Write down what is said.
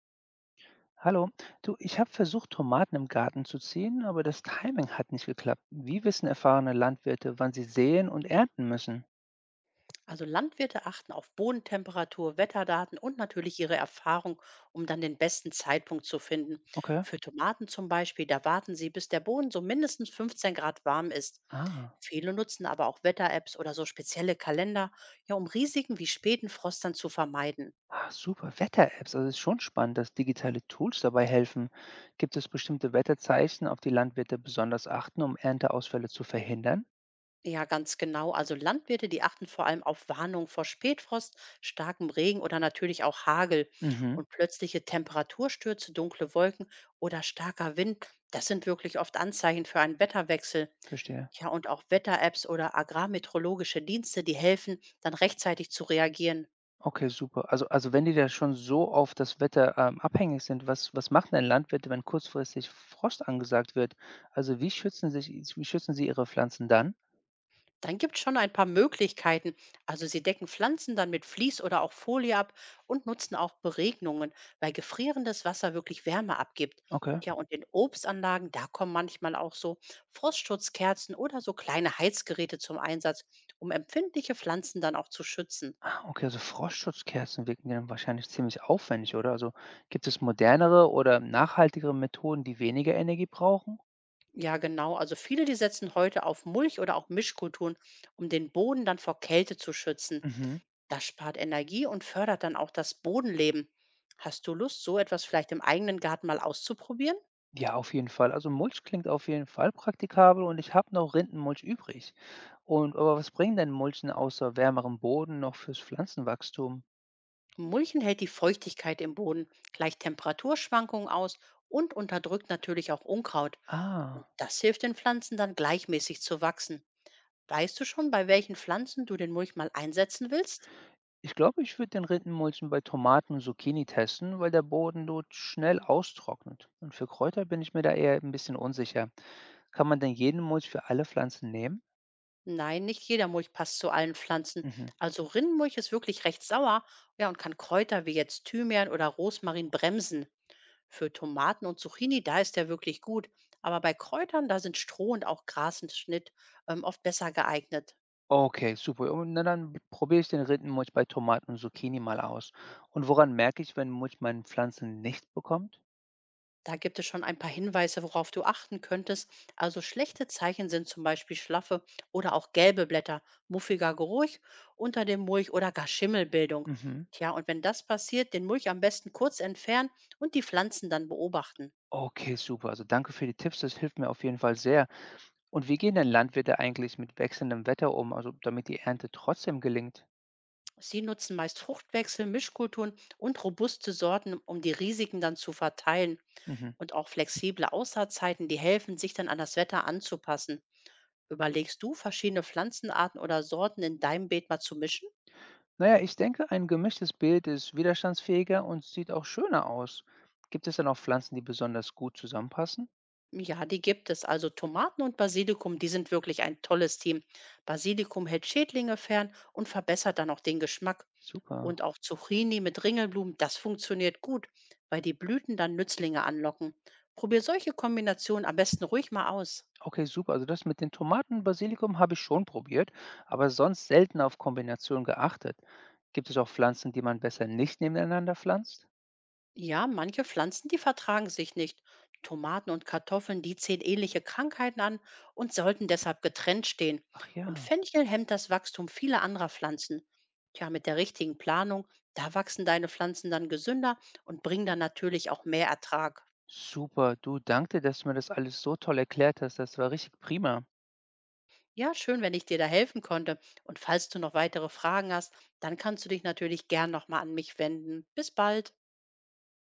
Hallo, du, ich habe versucht, Tomaten im Garten zu ziehen, aber das Timing hat nicht geklappt. Wie wissen erfahrene Landwirte, wann sie säen und ernten müssen? Also Landwirte achten auf Bodentemperatur, Wetterdaten und natürlich ihre Erfahrung, um dann den besten Zeitpunkt zu finden. Okay. Für Tomaten zum Beispiel, da warten sie, bis der Boden so mindestens 15 Grad warm ist. Ah, Viele nutzen aber auch Wetter-Apps oder so spezielle Kalender, ja, um Risiken wie späten Frost dann zu vermeiden. ah super. Wetter-Apps. Also es ist schon spannend, dass digitale Tools dabei helfen. Gibt es bestimmte Wetterzeichen, auf die Landwirte besonders achten, um Ernteausfälle zu verhindern? Ja, ganz genau. Also Landwirte, die achten vor allem auf Warnungen vor Spätfrost, starkem Regen oder natürlich auch Hagel. Mhm, Und plötzliche Temperaturstürze, dunkle Wolken oder starker Wind, das sind wirklich oft Anzeichen für einen Wetterwechsel. verstehe. Ja, und auch Wetter-Apps oder agrarmeteorologische Dienste, die helfen, dann rechtzeitig zu reagieren. Okay, super. Also wenn die da schon so auf das Wetter, abhängig sind, was machen denn Landwirte, wenn kurzfristig Frost angesagt wird? Also wie schützen sich wie schützen sie ihre Pflanzen dann? Dann gibt es schon ein paar Möglichkeiten. Also sie decken Pflanzen dann mit Vlies oder auch Folie ab und nutzen auch Beregnungen, weil gefrierendes Wasser wirklich Wärme abgibt. Okay. Ja, und in Obstanlagen, da kommen manchmal auch so Frostschutzkerzen oder so kleine Heizgeräte zum Einsatz, um empfindliche Pflanzen dann auch zu schützen. Ah, okay, also Frostschutzkerzen wirken ja dann wahrscheinlich ziemlich aufwendig, oder? Also gibt es modernere oder nachhaltigere Methoden, die weniger Energie brauchen? Ja, genau. Also viele, die setzen heute auf Mulch oder auch Mischkulturen, um den Boden dann vor Kälte zu schützen. Mhm. Das spart Energie und fördert dann auch das Bodenleben. Hast du Lust, so etwas vielleicht im eigenen Garten mal auszuprobieren? Ja, auf jeden Fall. Also Mulch klingt auf jeden Fall praktikabel und ich habe noch Rindenmulch übrig. Und aber was bringen denn Mulchen außer wärmerem Boden noch fürs Pflanzenwachstum? Mulchen hält die Feuchtigkeit im Boden, gleicht Temperaturschwankungen aus und unterdrückt natürlich auch Unkraut. Und Ah, das hilft den Pflanzen dann gleichmäßig zu wachsen. Weißt du schon, bei welchen Pflanzen du den Mulch mal einsetzen willst? ich glaube, ich würde den Rindenmulchen bei Tomaten und Zucchini testen, weil der Boden dort schnell austrocknet. Und für Kräuter bin ich mir da eher ein bisschen unsicher. Kann man denn jeden Mulch für alle Pflanzen nehmen? Nein, nicht jeder Mulch passt zu allen Pflanzen. Mhm. Also Rindenmulch ist wirklich recht sauer, ja, und kann Kräuter wie jetzt Thymian oder Rosmarin bremsen. Für Tomaten und Zucchini, da ist der wirklich gut. Aber bei Kräutern, da sind Stroh und auch Grasenschnitt oft besser geeignet. Okay, super. Und na, dann probiere ich den Rindenmulch bei Tomaten und Zucchini mal aus. Und woran merke ich, wenn Mulch meine Pflanzen nicht bekommt? Da gibt es schon ein paar Hinweise, worauf du achten könntest. Also schlechte Zeichen sind zum Beispiel schlaffe oder auch gelbe Blätter, muffiger Geruch unter dem Mulch oder gar Schimmelbildung. Mhm. Tja, und wenn das passiert, den Mulch am besten kurz entfernen und die Pflanzen dann beobachten. Okay, super. Also danke für die Tipps, das hilft mir auf jeden Fall sehr. Und wie gehen denn Landwirte eigentlich mit wechselndem Wetter um, also damit die Ernte trotzdem gelingt? Sie nutzen meist Fruchtwechsel, Mischkulturen und robuste Sorten, um die Risiken dann zu verteilen. Mhm. Und auch flexible Aussaatzeiten, die helfen, sich dann an das Wetter anzupassen. Überlegst du, verschiedene Pflanzenarten oder Sorten in deinem Beet mal zu mischen? Na ja, ich denke, ein gemischtes Bild ist widerstandsfähiger und sieht auch schöner aus. Gibt es denn auch Pflanzen, die besonders gut zusammenpassen? Ja, die gibt es. Also Tomaten und Basilikum, die sind wirklich ein tolles Team. Basilikum hält Schädlinge fern und verbessert dann auch den Geschmack. Super. Und auch Zucchini mit Ringelblumen, das funktioniert gut, weil die Blüten dann Nützlinge anlocken. Probier solche Kombinationen am besten ruhig mal aus. Okay, super. Also das mit den Tomaten und Basilikum habe ich schon probiert, aber sonst selten auf Kombination geachtet. Gibt es auch Pflanzen, die man besser nicht nebeneinander pflanzt? Ja, manche Pflanzen, die vertragen sich nicht. Tomaten und Kartoffeln, die ziehen ähnliche Krankheiten an und sollten deshalb getrennt stehen. Ach Und ja. Fenchel hemmt das Wachstum vieler anderer Pflanzen. Tja, mit der richtigen Planung, da wachsen deine Pflanzen dann gesünder und bringen dann natürlich auch mehr Ertrag. Super. Du, danke, dir, dass du mir das alles so toll erklärt hast. Das war richtig prima. Ja, schön, wenn ich dir da helfen konnte. Und falls du noch weitere Fragen hast, dann kannst du dich natürlich gern nochmal an mich wenden. Bis bald.